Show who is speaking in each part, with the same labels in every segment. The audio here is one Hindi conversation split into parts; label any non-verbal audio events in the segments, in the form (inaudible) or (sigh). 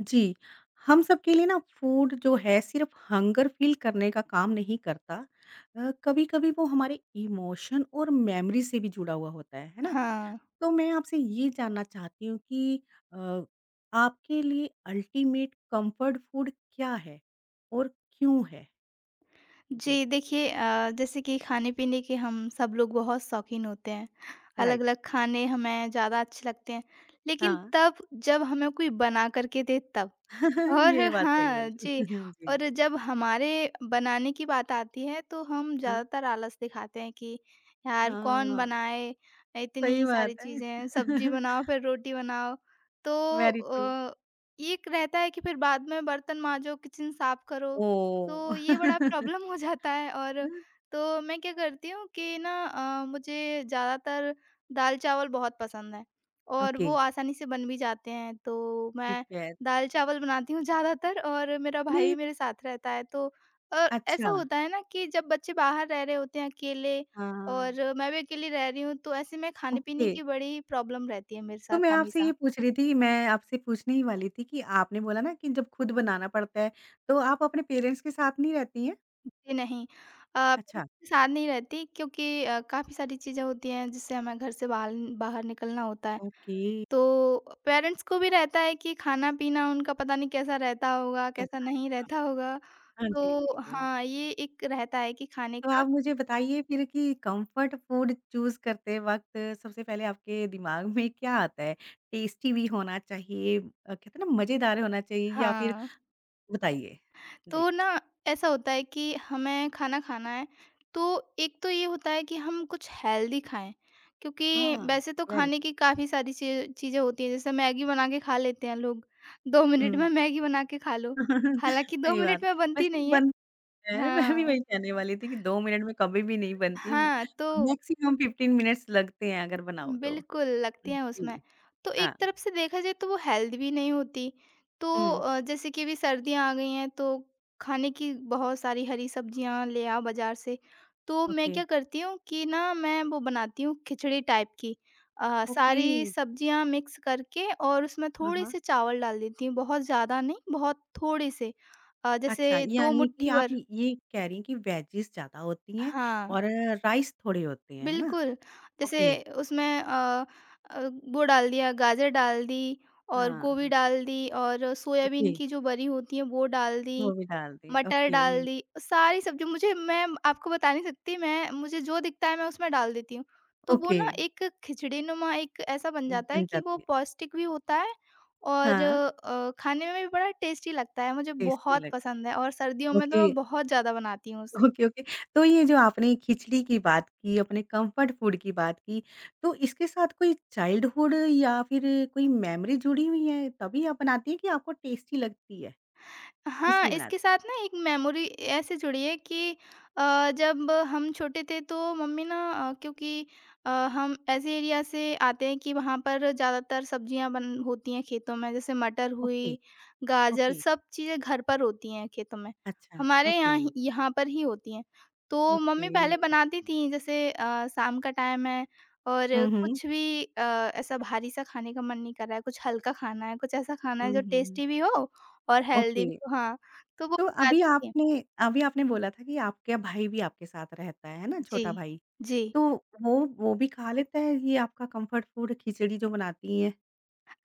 Speaker 1: जी, हम सबके लिए ना फूड जो है सिर्फ़ हंगर फ़ील करने का काम नहीं करता। कभी-कभी वो हमारे इमोशन और मेमोरी से भी जुड़ा हुआ होता है ना?
Speaker 2: हाँ,
Speaker 1: तो मैं आपसे ये जानना चाहती हूँ कि अ, आपके लिए अल्टीमेट कम्फ़र्ट फूड क्या है और क्यों है? जी,
Speaker 2: जी देखिए जैसे कि खाने-पीने के हम सब लोग बहुत शौकीन होते हैं।
Speaker 1: राइट।
Speaker 2: अलग-अलग खाने हमें ज़्यादा अच्छे लगते हैं, लेकिन
Speaker 1: हाँ,
Speaker 2: तब जब हमें कोई बना कर के दे तब।
Speaker 1: (laughs)
Speaker 2: और
Speaker 1: ये बात सही
Speaker 2: हाँ,
Speaker 1: बोली।
Speaker 2: जी
Speaker 1: (laughs) जी,
Speaker 2: और जब हमारे बनाने की बात आती है तो हम
Speaker 1: हाँ,
Speaker 2: ज़्यादातर आलस दिखाते हैं कि यार कौन
Speaker 1: हाँ,
Speaker 2: बनाए
Speaker 1: सही
Speaker 2: इतनी
Speaker 1: बात
Speaker 2: सारी
Speaker 1: है।
Speaker 2: चीज़ें हैं, सब्जी बनाओ
Speaker 1: (laughs)
Speaker 2: फिर रोटी बनाओ। तो
Speaker 1: वेरी ट्रू।
Speaker 2: अ, ये एक रहता है कि फिर बाद में बर्तन माँजो, किचन साफ करो,
Speaker 1: ओह!
Speaker 2: तो ये बड़ा
Speaker 1: (laughs)
Speaker 2: प्रॉब्लम हो जाता है और तो मैं क्या करती हूँ कि ना मुझे ज़्यादातर दाल-चावल बहुत पसंद है और
Speaker 1: ओके।
Speaker 2: वो आसानी से बन भी जाते हैं। तो
Speaker 1: ठीक
Speaker 2: मैं
Speaker 1: है।
Speaker 2: दाल-चावल बनाती हूँ ज़्यादातर और मेरा भाई
Speaker 1: नहीं
Speaker 2: भी मेरे साथ रहता है तो ऐसा
Speaker 1: अच्छा।
Speaker 2: होता है ना कि जब बच्चे बाहर रह रहे होते हैं अकेले
Speaker 1: हाँ।
Speaker 2: और मैं भी अकेली रह रही हूँ तो ऐसे में
Speaker 1: ओके।
Speaker 2: खाने-पीने की बड़ी प्रॉब्लम रहती है मेरे साथ हमेशा।
Speaker 1: मैं आपसे पूछने ही वाली थी कि आपने बोला ना कि जब खुद बनाना पड़ता है, तो आप अपने पेरेंट्स के साथ नहीं रहती हैं?
Speaker 2: जी नहीं
Speaker 1: अच्छा,
Speaker 2: मेरे साथ नहीं रहती क्योंकि काफ़ी सारी चीज़ें होती हैं जिससे हमें घर से बाहर बाहर निकलना होता है।
Speaker 1: ओके।
Speaker 2: तो पेरेंट्स को भी रहता है कि खाना-पीना उनका पता नहीं कैसा रहता होगा, कैसा
Speaker 1: ऐसा
Speaker 2: नहीं
Speaker 1: रहता
Speaker 2: रहता
Speaker 1: होगा।
Speaker 2: होगा।
Speaker 1: हाँ जी,
Speaker 2: तो
Speaker 1: बिल्कुल।
Speaker 2: हाँ, ये एक रहता है कि खाने
Speaker 1: तो
Speaker 2: का
Speaker 1: आप मुझे बताइए फिर कि कंफर्ट फूड चूज़ करते वक़्त सबसे पहले आपके दिमाग में क्या आता है? टेस्टी भी होना चाहिए, कहते हैं ना मज़ेदार होना चाहिए या फिर
Speaker 2: हाँ।
Speaker 1: बताइए? जी।
Speaker 2: तो ना ऐसा होता है कि हमें खाना खाना है तो एक तो ये होता है कि हम कुछ हेल्दी खाएं क्योंकि
Speaker 1: हाँ,
Speaker 2: वैसे तो
Speaker 1: वेल
Speaker 2: खाने की काफ़ी सारी चीज़ें होती हैं जैसे मैगी बना के खा लेते हैं लोग दो
Speaker 1: हुँ।
Speaker 2: मिनट में मैगी बना के खा लो
Speaker 1: (laughs)
Speaker 2: हालांकि दो
Speaker 1: सही बात
Speaker 2: मिनट
Speaker 1: है।
Speaker 2: में बनती
Speaker 1: वैसे
Speaker 2: नहीं है
Speaker 1: बन है, मैं भी
Speaker 2: हाँ
Speaker 1: वही कहने वाली थी कि 2 मिनट में कभी भी नहीं बनती।
Speaker 2: हाँ तो
Speaker 1: मैक्सिमम 15 मिनट्स लगते हैं अगर बनाओ तो।
Speaker 2: बिल्कुल, लगती हैं उसमें।
Speaker 1: जी,
Speaker 2: तो एक
Speaker 1: हाँ।
Speaker 2: तरफ से देखा जाए तो वो हेल्दी भी नहीं होती। तो
Speaker 1: हुँ,
Speaker 2: जैसे कि अभी सर्दियाँ आ गई हैं तो खाने की बहुत सारी हरी सब्जियाँ ले आओ बाज़ार से। तो मैं
Speaker 1: ओके,
Speaker 2: क्या करती हूँ कि ना मैं वो बनाती हूँ खिचड़ी टाइप की।
Speaker 1: ओके।
Speaker 2: सारी सब्जियाँ मिक्स करके और उसमें
Speaker 1: हाँ, हाँ।
Speaker 2: थोड़े-से चावल डाल देती हूँ, बहुत ज़्यादा नहीं, बहुत थोड़े से।
Speaker 1: अच्छा,
Speaker 2: जैसे 2
Speaker 1: यानी कि
Speaker 2: मुट्ठी
Speaker 1: आप
Speaker 2: भर
Speaker 1: ये कह रही हैं कि वेजीज़ ज़्यादा होती हैं
Speaker 2: हाँ।
Speaker 1: और राइस थोड़े होते हैं, है ना?
Speaker 2: बिल्कुल, जैसे
Speaker 1: ओके।
Speaker 2: उसमें अ, वो डाल दिया गाजर डाल दी और
Speaker 1: हाँ,
Speaker 2: गोभी
Speaker 1: हाँ,
Speaker 2: डाल दी और
Speaker 1: ओके,
Speaker 2: सोयाबीन की जो बरी होती है वो डाल दी,
Speaker 1: वो भी डाल दी।
Speaker 2: मटर
Speaker 1: ओके,
Speaker 2: डाल दी, सारी सब्ज़ी मुझे मैं आपको बता नहीं सकती मैं मुझे जो दिखता है मैं उसमें डाल देती हूँ। तो वो
Speaker 1: ओके,
Speaker 2: ना एक खिचड़ी-नुमा एक ऐसा बन जाता है
Speaker 1: बन
Speaker 2: कि वो
Speaker 1: जाती है।
Speaker 2: पौष्टिक भी होता है और
Speaker 1: हाँ,
Speaker 2: खाने में भी बड़ा टेस्टी लगता है, मुझे
Speaker 1: टेस्टी
Speaker 2: बहुत
Speaker 1: लग
Speaker 2: पसंद है और सर्दियों में तो
Speaker 1: ओके।
Speaker 2: मैं बहुत ज़्यादा बनाती हूँ उसे।
Speaker 1: Okay, okay. तो ये जो आपने खिचड़ी की बात की, अपने कम्फर्ट फूड की बात की, तो इसके साथ कोई चाइल्डहुड या फिर कोई मेमोरी जुड़ी हुई है, तभी आप बनाती हैं कि आपको टेस्टी लगती है,
Speaker 2: हाँ,
Speaker 1: इसलिए
Speaker 2: इसके
Speaker 1: बनाती हैं?
Speaker 2: साथ ना एक मेमोरी ऐसे जुड़ी है कि जब हम छोटे थे तो मम्मी ना क्योंकि हम ऐसे एरिया से आते हैं कि वहाँ पर ज़्यादातर सब्जियाँ बन होती हैं खेतों में, जैसे मटर
Speaker 1: ओके,
Speaker 2: हुई, गाजर
Speaker 1: ओके।
Speaker 2: सब चीज़ें घर पर होती हैं खेतों में।
Speaker 1: अच्छा,
Speaker 2: हमारे
Speaker 1: ओके,
Speaker 2: यहाँ ही यहाँ पर ही होती हैं। तो मम्मी
Speaker 1: ओके।
Speaker 2: पहले बनाती थीं जैसे शाम का टाइम है और
Speaker 1: हुँ, हुँ।
Speaker 2: कुछ भी ऐसा भारी-सा खाने का मन नहीं कर रहा है, कुछ हल्का खाना है, कुछ ऐसा खाना है
Speaker 1: हुँ,
Speaker 2: जो
Speaker 1: हुँ।
Speaker 2: टेस्टी भी हो और हेल्दी
Speaker 1: ओके,
Speaker 2: भी हाँ, तो वो
Speaker 1: तो अभी
Speaker 2: बनाती थी।
Speaker 1: आपने अभी आपने बोला था कि आपका भाई भी आपके साथ रहता है ना,
Speaker 2: जी,
Speaker 1: छोटा भाई?
Speaker 2: जी।
Speaker 1: तो वो भी खा लेता है ये आपका कम्फर्ट फूड खिचड़ी जो बनाती हैं?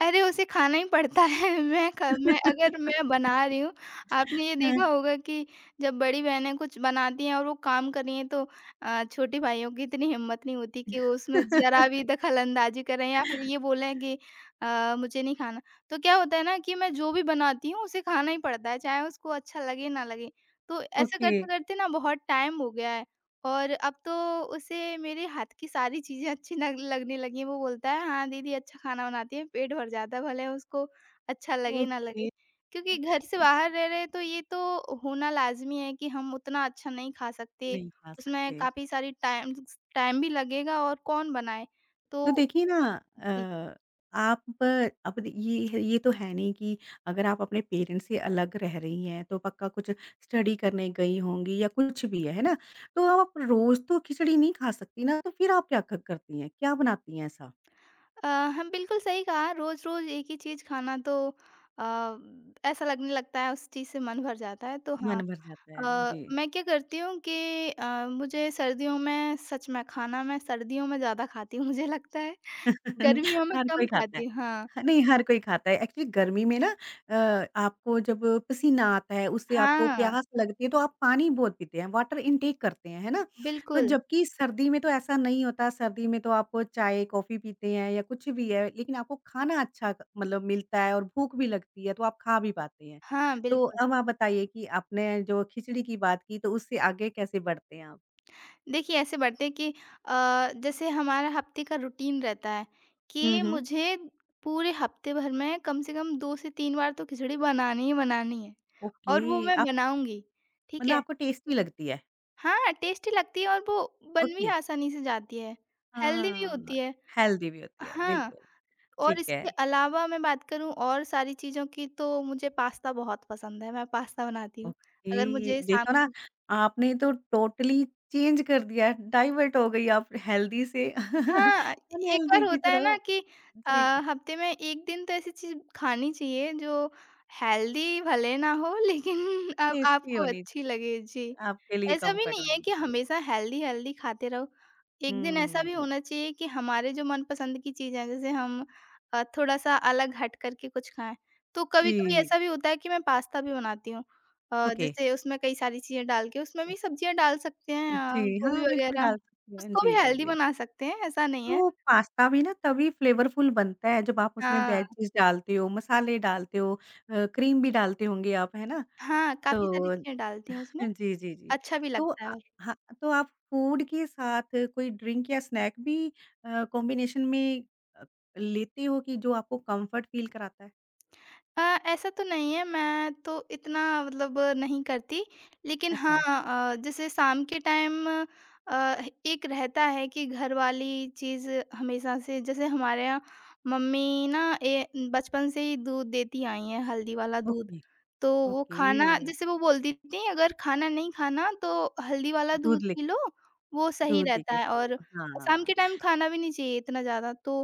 Speaker 2: अरे! उसे खाना ही पड़ता है (laughs) मैं ख मैं अगर मैं बना
Speaker 1: (laughs)
Speaker 2: रही हूँ, आपने ये देखा होगा कि जब बड़ी बहनें कुछ बनाती हैं और वो काम कर रही हैं तो छोटे भाइयों की इतनी हिम्मत नहीं होती कि वो उसमें ज़रा भी
Speaker 1: (laughs)
Speaker 2: दखलअंदाज़ी करें या फिर ये बोलें कि मुझे नहीं खाना। तो क्या होता है ना कि मैं जो भी बनाती हूँ उसे खाना ही पड़ता है, चाहे उसको अच्छा लगे ना लगे। तो ऐसा
Speaker 1: ओके,
Speaker 2: करते-करते ना बहुत टाइम हो गया है। और अब तो उसे मेरे हाथ की सारी चीज़ें अच्छी नग लगने लगी हैं, वो बोलता है, "हाँ, दीदी अच्छा खाना बनाती है, पेट भर जाता है, भले उसको अच्छा लगे ना
Speaker 1: ओके,
Speaker 2: लगे।" क्योंकि घर से
Speaker 1: खुद
Speaker 2: बाहर रह रहे हैं, तो ये तो होना लाज़मी है कि हम उतना अच्छा नहीं खा सकते,
Speaker 1: नहीं खा
Speaker 2: उसमें
Speaker 1: सकते।
Speaker 2: काफ़ी सारी टाइम टाइम भी लगेगा और कौन बनाए? तो
Speaker 1: तो देखिए ना
Speaker 2: जी।
Speaker 1: अ, अब ये तो है नहीं कि अगर आप अपने पेरेंट्स से अलग रह रही हैं, तो पक्का कुछ स्टडी करने गई होंगी या कुछ भी है ना? तो आप रोज़ तो खिचड़ी नहीं खा सकती ना, तो फिर आप क्या क करती हैं? क्या बनाती हैं ऐसा?
Speaker 2: अ, हम बिल्कुल सही कहा रोज़-रोज़ एक ही चीज़ खाना तो अ, ऐसा लगने लगता है उस चीज़ से मन भर जाता है। तो हाँ,
Speaker 1: मन भर जाता है। जी।
Speaker 2: मैं क्या करती हूँ कि मुझे सर्दियों में सच में खाना मैं सर्दियों में ज़्यादा खाती हूँ (laughs) मुझे लगता है,
Speaker 1: (laughs)
Speaker 2: गर्मियों में
Speaker 1: हर कोई
Speaker 2: कम
Speaker 1: खाता है।
Speaker 2: खाती हूँ। हाँ,
Speaker 1: ह नहीं, हर कोई खाता है। एक्चुअली गर्मी में ना आपको जब पसीना आता है, उससे आपको
Speaker 2: हाँ,
Speaker 1: प्यास लगती है, तो आप पानी बहुत पीते हैं, वाटर इनटेक करते हैं, है ना? तो
Speaker 2: बिल्कुल।
Speaker 1: जबकि सर्दी में तो ऐसा नहीं होता, सर्दी में तो आपको चाय, कॉफ़ी पीते हैं या कुछ भी है, लेकिन आपको खाना अच्छा क मतलब मिलता है और भूख भी लगती है, तो आप खा भी पाते हैं।
Speaker 2: हाँ,
Speaker 1: तो
Speaker 2: बिल्कुल।
Speaker 1: अब आप बताइए कि आपने जो खिचड़ी की बात की, तो उससे आगे कैसे बढ़ते हैं आप?
Speaker 2: देखिए ऐसे बढ़ते हैं कि जैसे हमारा हफ्ते का रूटीन रहता है
Speaker 1: हुँ,
Speaker 2: कि
Speaker 1: हुँ।
Speaker 2: मुझे पूरे हफ्ते भर में कम से कम 2 से 3 बार तो खिचड़ी बनानी ही बनानी है
Speaker 1: ओके,
Speaker 2: और वो मैं
Speaker 1: आप
Speaker 2: बनाऊँगी, ठीक
Speaker 1: मतलब
Speaker 2: है।
Speaker 1: आपको टेस्टी लगती है?
Speaker 2: हाँ, टेस्टी लगती है और वो बन भी
Speaker 1: ओके।
Speaker 2: आसानी से जाती है, हेल्दी भी
Speaker 1: हाँ,
Speaker 2: होती है।
Speaker 1: हेल्दी भी होती है,
Speaker 2: हाँ,
Speaker 1: बिल्कुल,
Speaker 2: और
Speaker 1: ठीक है।
Speaker 2: इसके अलावा मैं बात करूँ और सारी चीज़ों की तो मुझे पास्ता बहुत पसंद है, मैं पास्ता बनाती हूँ। अगर
Speaker 1: ओके,
Speaker 2: मुझे शाम
Speaker 1: देखो ना
Speaker 2: को
Speaker 1: आपने तो टोटली चेंज कर दिया, डाइवर्ट हो गई आप हेल्दी से (laughs)
Speaker 2: हाँ, एक
Speaker 1: अनहेल्दी
Speaker 2: बार
Speaker 1: की
Speaker 2: होता है ना
Speaker 1: तरफ।
Speaker 2: कि अ,
Speaker 1: जी,
Speaker 2: हफ्ते में 1 दिन तो ऐसी चीज़ खानी चाहिए जो हेल्दी भले ना हो लेकिन (laughs) अब
Speaker 1: टेस्टी
Speaker 2: आपको
Speaker 1: होनी चाहिए,
Speaker 2: अच्छी लगे। जी,
Speaker 1: आपके लिए
Speaker 2: ऐसा भी
Speaker 1: कम्फर्ट
Speaker 2: नहीं है
Speaker 1: होनी
Speaker 2: कि
Speaker 1: चाहिए।
Speaker 2: हमेशा हेल्दी-हेल्दी खाते रहो। एक दिन ऐसा भी
Speaker 1: हुँ,
Speaker 2: होना चाहिए कि हमारे जो मनपसंद की चीज़ है जैसे हम थोड़ा-सा अलग हट करके कुछ खाएँ। तो कभी-कभी
Speaker 1: जी,
Speaker 2: ऐसा भी होता है कि मैं पास्ता भी बनाती हूँ।
Speaker 1: ओके।
Speaker 2: जैसे उसमें कई सारी चीज़ें डाल के उसमें भी सब्जियाँ डाल सकते हैं
Speaker 1: जी,
Speaker 2: गोभी
Speaker 1: हाँ, बिल्कुल
Speaker 2: वगैरह।
Speaker 1: डाल सकती हैं।
Speaker 2: उसको भी
Speaker 1: जी, जी,
Speaker 2: हेल्दी
Speaker 1: जी।
Speaker 2: बना सकते हैं, ऐसा नहीं है।
Speaker 1: तो पास्ता भी ना तभी फ्लेवरफुल बनता है जब आप उसमें
Speaker 2: हाँ,
Speaker 1: वेजिस डालते हो, मसाले डालते हो क्रीम भी डालते होंगे आप, है ना?
Speaker 2: हाँ, काफ़ी सारी
Speaker 1: तो
Speaker 2: चीज़ें डालती हूँ उसमें,
Speaker 1: जी, जी, जी।
Speaker 2: अच्छा भी
Speaker 1: तो
Speaker 2: लगता है।
Speaker 1: हाँ, तो आप फूड के साथ कोई ड्रिंक या स्नैक भी कॉम्बिनेशन में अ, लेते हो कि जो आपको कम्फर्ट फ़ील कराता है?
Speaker 2: अ, ऐसा तो नहीं है, मैं तो इतना मतलब नहीं करती। लेकिन हाँ
Speaker 1: अच्छा,
Speaker 2: जैसे शाम के टाइम अ, एक रहता है कि घर वाली चीज़ हमेशा से जैसे हमारे यहाँ मम्मी ना ए बचपन से ही दूध देती आई हैं, हल्दी वाला दूध।
Speaker 1: ओके,
Speaker 2: तो वो
Speaker 1: ओके।
Speaker 2: खाना जैसे वो बोलती थी अगर खाना नहीं खाना तो हल्दी वाला
Speaker 1: दूध
Speaker 2: दूध
Speaker 1: ले
Speaker 2: पी लो, वो सही
Speaker 1: दूध पी
Speaker 2: रहता
Speaker 1: के
Speaker 2: है
Speaker 1: सो
Speaker 2: और शाम
Speaker 1: हाँ,
Speaker 2: के टाइम खाना भी नहीं चाहिए इतना ज़्यादा। तो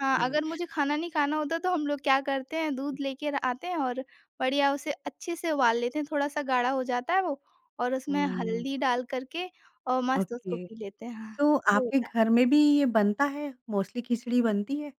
Speaker 2: हाँ, अगर मुझे खाना नहीं खाना होता तो हम लोग क्या करते हैं दूध लेके र आते हैं और बढ़िया उसे अच्छे से उबाल लेते हैं, थोड़ा-सा गाढ़ा हो जाता है वो और उसमें हुँ।
Speaker 1: हुँ,
Speaker 2: हल्दी डाल कर के और मस्त उसको
Speaker 1: ओके।
Speaker 2: पी लेते हैं। हाँ,
Speaker 1: तो
Speaker 2: ये
Speaker 1: आपके
Speaker 2: होता है।
Speaker 1: घर में भी ये बनता है? मोस्टली खिचड़ी बनती है?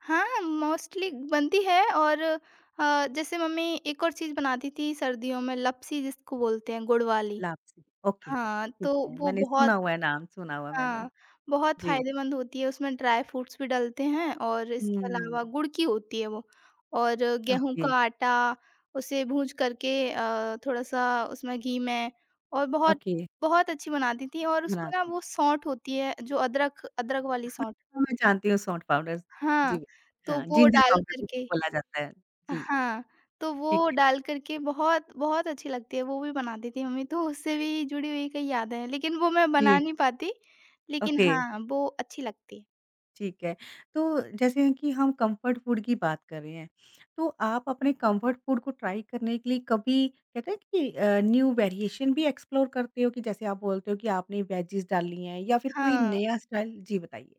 Speaker 2: हाँ, मोस्टली बनती है और जैसे मम्मी एक और चीज़ बनाती थी सर्दियों में लपसी जिसको बोलते हैं गुड़ वाली।
Speaker 1: लापसी, ओके, ओके,
Speaker 2: हाँ,
Speaker 1: ठीक
Speaker 2: तो
Speaker 1: है।
Speaker 2: वो
Speaker 1: मैंने सुना
Speaker 2: बहुत
Speaker 1: हुआ है नाम, सुना हुआ है मैंने।
Speaker 2: हाँ, बहुत
Speaker 1: जी।
Speaker 2: फ़ायदेमंद होती है, उसमें ड्राई फ्रूट्स भी डलते हैं और
Speaker 1: हुँ,
Speaker 2: इसके अलावा गुड़ की होती है वो और गेहूँ
Speaker 1: ओके,
Speaker 2: का आटा उसे भून करके थोड़ा-सा उसमें घी में और बहुत
Speaker 1: ओके।
Speaker 2: बहुत अच्छी बनाती थी और
Speaker 1: बना
Speaker 2: उसमें ना वो सौंठ होती है जो अदरक अदरक वाली सौंठ
Speaker 1: हाँ, मैं जानती हूँ सौंठ पाउडर।
Speaker 2: हाँ,
Speaker 1: जी,
Speaker 2: तो
Speaker 1: हाँ,
Speaker 2: वो
Speaker 1: जिंजर
Speaker 2: डाल
Speaker 1: पाउडर भी उसको
Speaker 2: करके
Speaker 1: बोला जाता है। जी,
Speaker 2: हाँ,
Speaker 1: ठीक है।
Speaker 2: बहुत बहुत अच्छी लगती है, वो भी बनाती थी मम्मी, तो उससे भी जुड़ी हुई कई यादें हैं, लेकिन वो मैं बना
Speaker 1: जी,
Speaker 2: नहीं पाती, लेकिन
Speaker 1: ओके,
Speaker 2: हाँ, वो अच्छी लगती है।
Speaker 1: ठीक है। तो जैसे कि हम कम्फर्ट फूड की बात कर रहे हैं, तो आप अपने कम्फर्ट फूड को ट्राई करने के लिए कभी कहते हैं कि न्यू वेरिएशन भी एक्सप्लोर करते हो कि जैसे आप बोलते हो कि आपने वेजीज़ डाली हैं या फिर कोई
Speaker 2: हाँ,
Speaker 1: नया स्टाइल जी, बताइए?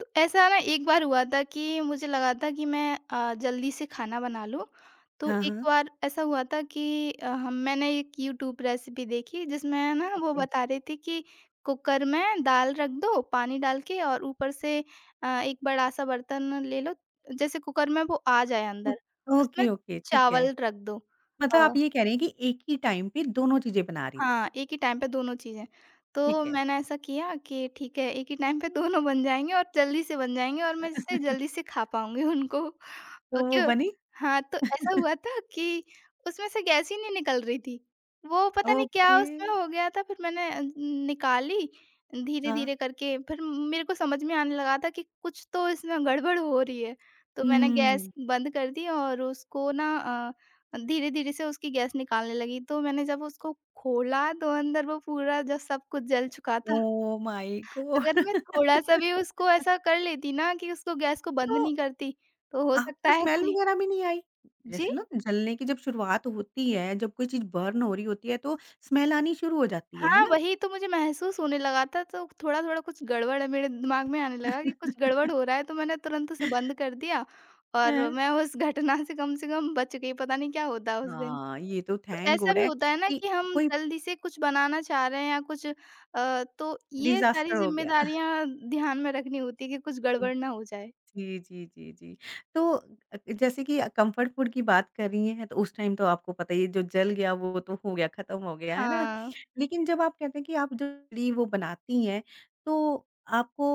Speaker 2: तो ऐसा ना एक बार हुआ था कि मुझे लगा था कि मैं जल्दी से खाना बना लूँ। तो
Speaker 1: हाँ,
Speaker 2: एक
Speaker 1: हाँ,
Speaker 2: बार ऐसा हुआ था कि अ, हम मैंने एक यूट्यूब रेसिपी देखी जिसमें ना वो
Speaker 1: ओके।
Speaker 2: बता रही थी कि कुकर में दाल रख दो, पानी डाल के और ऊपर से एक बड़ा-सा बर्तन ले लो, जैसे कुकर में वो आ जाए
Speaker 1: ओ
Speaker 2: अंदर, उसमें
Speaker 1: ओके, ओके, ठीक है।
Speaker 2: चावल रख दो।
Speaker 1: मतलब
Speaker 2: अ
Speaker 1: आप ये कह रहे हैं कि एक ही टाइम पे दोनों चीज़ें बना रही थी,
Speaker 2: हाँ, एक ही टाइम पे दोनों चीज़ें। तो
Speaker 1: ठीक है।
Speaker 2: मैंने ऐसा किया कि ठीक है, एक ही टाइम पे दोनों बन जाएँगे और जल्दी से बन जाएँगे और मैं जिससे जल्दी
Speaker 1: (laughs)
Speaker 2: से खा पाऊँगी उनको।
Speaker 1: तो वो
Speaker 2: ओके।
Speaker 1: बनी?
Speaker 2: हाँ, तो ऐसा हुआ
Speaker 1: (laughs)
Speaker 2: था कि उसमें से गैस ही नहीं निकल रही थी। वो पता नहीं क्या
Speaker 1: ओके,
Speaker 2: उसमें हो गया था फिर मैंने निकाली
Speaker 1: हाँ।
Speaker 2: धीरे-धीरे करके फिर मेरे को समझ में आने लगा था कि कुछ तो इसमें गड़बड़ हो रही है। तो मैंने गैस
Speaker 1: हुँ।
Speaker 2: बंद कर दी और उसको ना धीरे-धीरे से उसकी गैस निकालने लगी, तो मैंने जब उसको खोला तो अंदर वो पूरा जो सब कुछ जल चुका था।
Speaker 1: ओह माय
Speaker 2: अगर
Speaker 1: गॉड!
Speaker 2: मैं थोड़ा-सा भी उसको ऐसा कर लेती ना कि उसको गैस को
Speaker 1: तो
Speaker 2: बंद नहीं करती, तो हो
Speaker 1: आपको
Speaker 2: सकता है
Speaker 1: स्मेल
Speaker 2: कोई
Speaker 1: वगैरह भी नहीं आई?
Speaker 2: जी?
Speaker 1: जैसे ना जलने की जब शुरुआत होती है, जब कोई चीज़ बर्न हो रही होती है तो स्मेल आनी शुरू हो जाती है
Speaker 2: हाँ,
Speaker 1: ना?
Speaker 2: वही तो मुझे महसूस होने लगा था, तो थोड़ा-थोड़ा कुछ गड़बड़ है मेरे दिमाग में आने लगा कि कुछ गड़बड़
Speaker 1: (laughs)
Speaker 2: हो रहा है, तो मैंने तुरंत उसे बंद कर दिया
Speaker 1: हाँ।
Speaker 2: और मैं उस घटना से कम बच गई, पता नहीं क्या होता उस दिन।
Speaker 1: हाँ, ये तो
Speaker 2: तो
Speaker 1: थैंक
Speaker 2: ऐसा
Speaker 1: गॉड
Speaker 2: भी
Speaker 1: है
Speaker 2: होता है ना
Speaker 1: कि
Speaker 2: कि हम
Speaker 1: कोई
Speaker 2: जल्दी से कुछ बनाना चाह रहे हैं या कुछ तो ये सारी
Speaker 1: डिज़ास्टर हो गया।
Speaker 2: ज़िम्मेदारियाँ ध्यान में रखनी होती है कि कुछ
Speaker 1: (laughs)
Speaker 2: गड़बड़ ना हो जाए।
Speaker 1: जी, जी, जी, जी। तो जैसे कि कम्फर्ट फूड की बात कर रही हैं, तो उस टाइम तो आपको पता ही है जो जल गया वो तो हो गया, खत्म हो गया, है ना?
Speaker 2: हाँ।
Speaker 1: लेकिन जब आप कहते हैं कि आप जल्दी वो बनाती हैं, तो आपको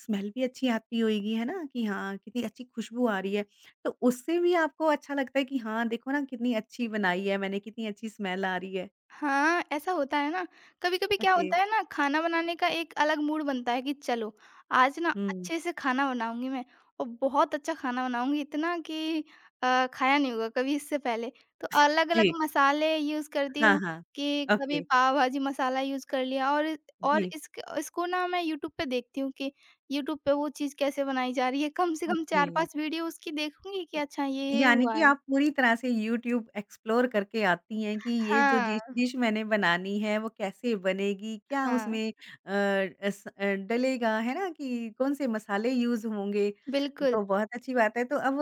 Speaker 1: स्मेल भी अच्छी आती होएगी, है ना? कि हाँ, कितनी अच्छी खुशबू आ रही है। तो उससे भी आपको अच्छा लगता है कि हाँ, देखो ना कितनी अच्छी बनाई है मैंने, कितनी अच्छी स्मेल आ रही है।
Speaker 2: हाँ, ऐसा होता है ना, कभी-कभी क्या
Speaker 1: ओके।
Speaker 2: होता है ना खाना बनाने का एक अलग मूड बनता है कि चलो, आज ना
Speaker 1: हुँ।
Speaker 2: अच्छे से खाना बनाऊँगी मैं और बहुत अच्छा खाना बनाऊँगी इतना कि खाया नहीं होगा कभी इससे पहले। तो अलग-अलग
Speaker 1: जी।
Speaker 2: मसाले यूज़ करती
Speaker 1: हाँ,
Speaker 2: हूँ
Speaker 1: हाँ।
Speaker 2: कि कभी
Speaker 1: ओके।
Speaker 2: पाव भाजी मसाला यूज़ कर लिया और
Speaker 1: जी।
Speaker 2: इसको ना मैं यूट्यूब पे देखती हूँ कि यूट्यूब पे वो चीज़ कैसे बनाई जा रही है, कम से कम
Speaker 1: ओके।
Speaker 2: 4-5 वीडियो उसकी देखूँगी कि
Speaker 1: य
Speaker 2: अच्छा ये
Speaker 1: यानी
Speaker 2: हुआ
Speaker 1: कि
Speaker 2: है।
Speaker 1: आप पूरी तरह से यूट्यूब एक्सप्लोर करके आती हैं कि ये जो डिश
Speaker 2: हाँ,
Speaker 1: डिश मैंने बनानी है वो कैसे बनेगी? क्या
Speaker 2: हाँ,
Speaker 1: उसमें अ, एस अ, डलेगा, है ना? कि कौन से मसाले यूज़ होंगे?
Speaker 2: बिल्कुल।
Speaker 1: तो बहुत अच्छी बात है। तो अब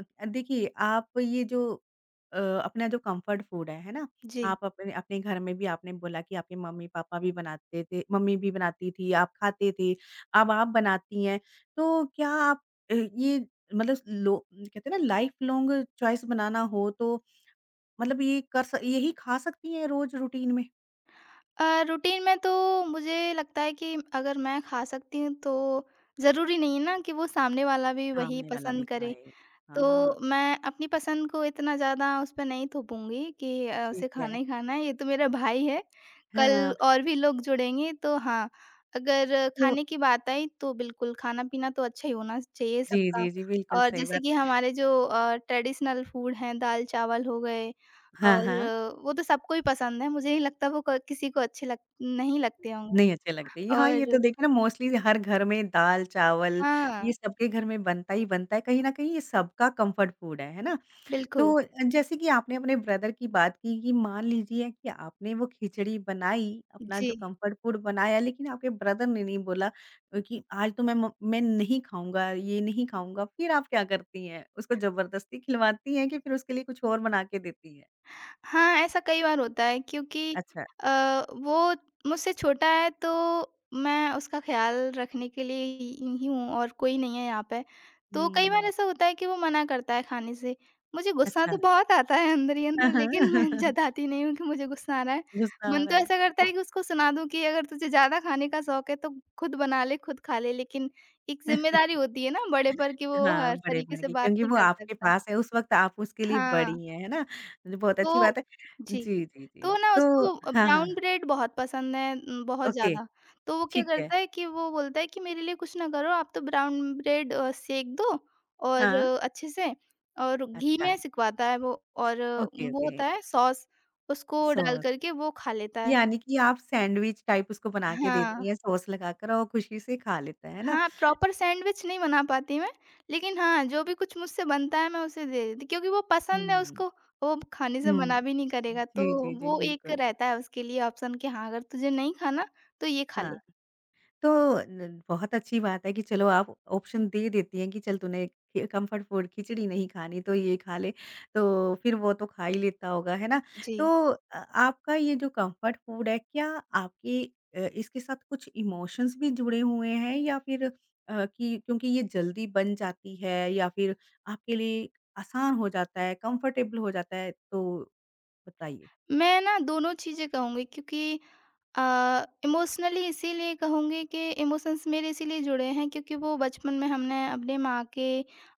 Speaker 1: देखिए आप ये जो अ, अपना जो कम्फर्ट फूड है ना?
Speaker 2: जी।
Speaker 1: आप अपने अपने घर में भी आपने बोला कि आपके मम्मी-पापा भी बनाते थे मम्मी भी बनाती थी, आप खाते थे, अब आप बनाती हैं। तो क्या आप ये मतलब लो कहते हैं ना लाइफ लॉन्ग चॉइस बनाना हो तो मतलब ये कर स यही खा सकती हैं रोज रूटीन में?
Speaker 2: रूटीन में तो मुझे लगता है कि अगर मैं खा सकती हूँ तो ज़रूरी नहीं है ना कि वो सामने वाला भी वही
Speaker 1: सामने वाला भी
Speaker 2: पसंद करे
Speaker 1: खाए।
Speaker 2: तो
Speaker 1: हाँ,
Speaker 2: मैं अपनी पसंद को इतना ज़्यादा उस पे नहीं थोपूँगी कि
Speaker 1: ठीक
Speaker 2: उसे
Speaker 1: है।
Speaker 2: खाना ही खाना है, ये तो मेरा भाई है,
Speaker 1: हाँ,
Speaker 2: कल और भी लोग जुड़ेंगे तो हाँ, अगर
Speaker 1: तो
Speaker 2: खाने की बात आई तो बिल्कुल खाना-पीना तो अच्छा ही होना चाहिए
Speaker 1: जी,
Speaker 2: सबका।
Speaker 1: जी, जी, बिल्कुल
Speaker 2: और
Speaker 1: सही
Speaker 2: जैसे
Speaker 1: बात
Speaker 2: कि
Speaker 1: है।
Speaker 2: हमारे जो ट्रेडिशनल फूड हैं, दाल-चावल हो गए
Speaker 1: हाँ,
Speaker 2: और
Speaker 1: हाँ,
Speaker 2: वो तो सबको ही पसंद है, मुझे नहीं लगता वो क किसी को अच्छे लग नहीं लगते
Speaker 1: नहीं
Speaker 2: होंगे
Speaker 1: अच्छे लगते ये हाँ, ये तो
Speaker 2: और
Speaker 1: देखिए ना मोस्टली हर घर में दाल-चावल
Speaker 2: हाँ,
Speaker 1: ये सबके घर में बनता ही बनता है, कहीं न कहीं ये सबका कम्फर्ट फूड है ना?
Speaker 2: बिल्कुल।
Speaker 1: तो जैसे कि आपने अपने ब्रदर की बात की कि मान लीजिए कि आपने वो खिचड़ी बनाई, अपना
Speaker 2: जी।
Speaker 1: जो कम्फर्ट फूड बनाया लेकिन आपके ब्रदर ने नहीं बोला कि आज तो मैं नहीं खाऊँगा, ये नहीं खाऊँगा। फिर आप क्या करती हैं? उसको ज़बरदस्ती खिलवाती हैं कि फिर उसके लिए कुछ और बना के देती हैं?
Speaker 2: हाँ, ऐसा कई बार होता है क्योंकि
Speaker 1: अच्छा।
Speaker 2: अ, वो मुझसे छोटा है तो मैं उसका ख़्याल रखने के लिए ही हूँ और कोई नहीं है यहाँ पे। तो कई बार
Speaker 1: हुँ।
Speaker 2: ऐसा होता है कि वो मना करता है खाने से। मुझे गुस्सा
Speaker 1: अच्छा।
Speaker 2: तो बहुत आता है अंदर ही अंदर लेकिन मैं
Speaker 1: (laughs)
Speaker 2: जताती नहीं हूँ कि मुझे गुस्सा आ रहा है।
Speaker 1: गुस्सा आ
Speaker 2: मन
Speaker 1: रहा
Speaker 2: तो ऐसा
Speaker 1: है।
Speaker 2: करता है कि उसको सुना दूँ कि अगर तुझे ज़्यादा खाने का शौक है तो खुद बना ले, खुद खा ले। लेकिन एक
Speaker 1: (laughs)
Speaker 2: ज़िम्मेदारी होती है ना बड़े पर कि वो
Speaker 1: हाँ,
Speaker 2: हर
Speaker 1: बड़े
Speaker 2: तरीके
Speaker 1: बन
Speaker 2: से
Speaker 1: गए
Speaker 2: बात
Speaker 1: क्योंकि
Speaker 2: नहीं
Speaker 1: वो
Speaker 2: कर
Speaker 1: आपके
Speaker 2: सकता।
Speaker 1: पास है, उस वक़्त आप उसके लिए
Speaker 2: हाँ।
Speaker 1: बड़ी हैं, है ना? तो बहुत अच्छी
Speaker 2: तो
Speaker 1: बात है।
Speaker 2: जी,
Speaker 1: जी, जी, जी।
Speaker 2: तो ना
Speaker 1: तो
Speaker 2: उसको
Speaker 1: हाँ, हाँ।
Speaker 2: ब्राउन ब्रेड बहुत पसंद है बहुत
Speaker 1: ओके।
Speaker 2: ज़्यादा, तो वो क्या
Speaker 1: ठीक है।
Speaker 2: करता है कि वो बोलता है कि मेरे लिए कुछ ना करो आप तो ब्राउन ब्रेड सेक दो और
Speaker 1: हाँ,
Speaker 2: अच्छे से और घी
Speaker 1: अच्छा।
Speaker 2: में सिकवाता है वो और
Speaker 1: ओके,
Speaker 2: वो
Speaker 1: ओके।
Speaker 2: होता है सॉस, उसको डाल
Speaker 1: सॉस।
Speaker 2: कर के वो खा लेता है।
Speaker 1: यानी कि आप सैंडविच टाइप उसको बना के देती हैं
Speaker 2: हाँ।
Speaker 1: सॉस लगाकर और वो खुशी से खा लेता है ना?
Speaker 2: हाँ, प्रॉपर सैंडविच नहीं बना पाती मैं, लेकिन हाँ, जो भी कुछ मुझसे बनता है मैं उसे दे देती क्योंकि वो पसंद है
Speaker 1: हुँ।
Speaker 2: उसको, वो खाने से
Speaker 1: हुँ।
Speaker 2: मना भी नहीं करेगा,
Speaker 1: जी,
Speaker 2: तो
Speaker 1: जी, जी,
Speaker 2: वो एक
Speaker 1: बिल्कुल।
Speaker 2: रहता है उसके लिए ऑप्शन कि हाँ, अगर तुझे नहीं खाना, तो ये खा
Speaker 1: हाँ।
Speaker 2: ले।
Speaker 1: तो न बहुत अच्छी बात है कि चलो आप ऑप्शन दे देती हैं कि चल तूने खि कम्फर्ट फूड खिचड़ी नहीं खानी तो ये खा ले, तो फिर वो तो खा ही लेता होगा, है ना?
Speaker 2: जी।
Speaker 1: तो आपका ये जो कम्फर्ट फूड है क्या आपके इसके साथ कुछ इमोशंस भी जुड़े हुए हैं या फिर कि क्योंकि ये जल्दी बन जाती है या फिर आपके लिए आसान हो जाता है, कंफर्टेबल हो जाता है? तो बताइए?
Speaker 2: मैं ना दोनों चीज़ें कहूँगी क्योंकि अ, इमोशनली इसीलिए कहूँगी कि इमोशंस मेरे इसीलिए जुड़े हैं क्योंकि वो बचपन में हमने अपने माँ के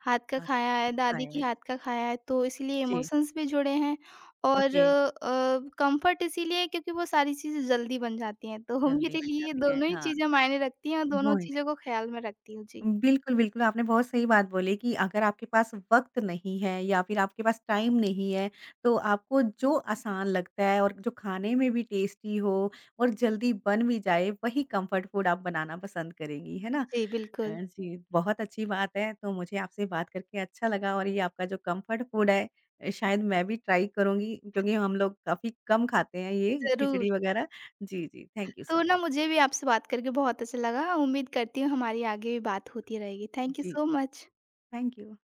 Speaker 2: हाथ का
Speaker 1: हाँ,
Speaker 2: खाया है, दादी
Speaker 1: खाया
Speaker 2: के
Speaker 1: है।
Speaker 2: हाथ का खाया है तो इसीलिए
Speaker 1: जी,
Speaker 2: इमोशंस भी जुड़े हैं और
Speaker 1: ओके।
Speaker 2: कंफर्ट इसीलिए क्योंकि वो सारी चीज़ें जल्दी बन जाती हैं। तो (laughs)
Speaker 1: जल्दी
Speaker 2: मेरे
Speaker 1: बन
Speaker 2: लिए
Speaker 1: जाती है,
Speaker 2: दोनों ही
Speaker 1: हाँ।
Speaker 2: चीज़ें मायने रखती हैं और दोनों चीज़ों को ख़्याल में रखती हूँ। जी।
Speaker 1: बिल्कुल, बिल्कुल, आपने बहुत सही बात बोली कि अगर आपके पास वक़्त नहीं है या फिर आपके पास टाइम नहीं है, तो आपको जो आसान लगता है और जो खाने में भी टेस्टी हो और जल्दी बन भी जाए, वही कम्फर्ट फूड आप बनाना पसंद करेंगी, है ना?
Speaker 2: जी, बिल्कुल।
Speaker 1: जी, बहुत अच्छी बात है, तो मुझे आपसे बात करके अच्छा लगा और ये आपका जो कम्फर्ट फूड है शायद मैं भी ट्राई करूँगी क्योंकि हम लोग काफ़ी कम खाते हैं ये
Speaker 2: ज़रूर।
Speaker 1: खिचड़ी वग़ैरह। जी, जी, थैंक यू
Speaker 2: तो
Speaker 1: सो मच।
Speaker 2: ना मुझे भी आपसे बात करके बहुत अच्छा लगा। उम्मीद करती हूँ हमारी आगे भी बात होती रहेगी।
Speaker 1: जी,
Speaker 2: थैंक यू
Speaker 1: जी
Speaker 2: सो मच।
Speaker 1: Thank you.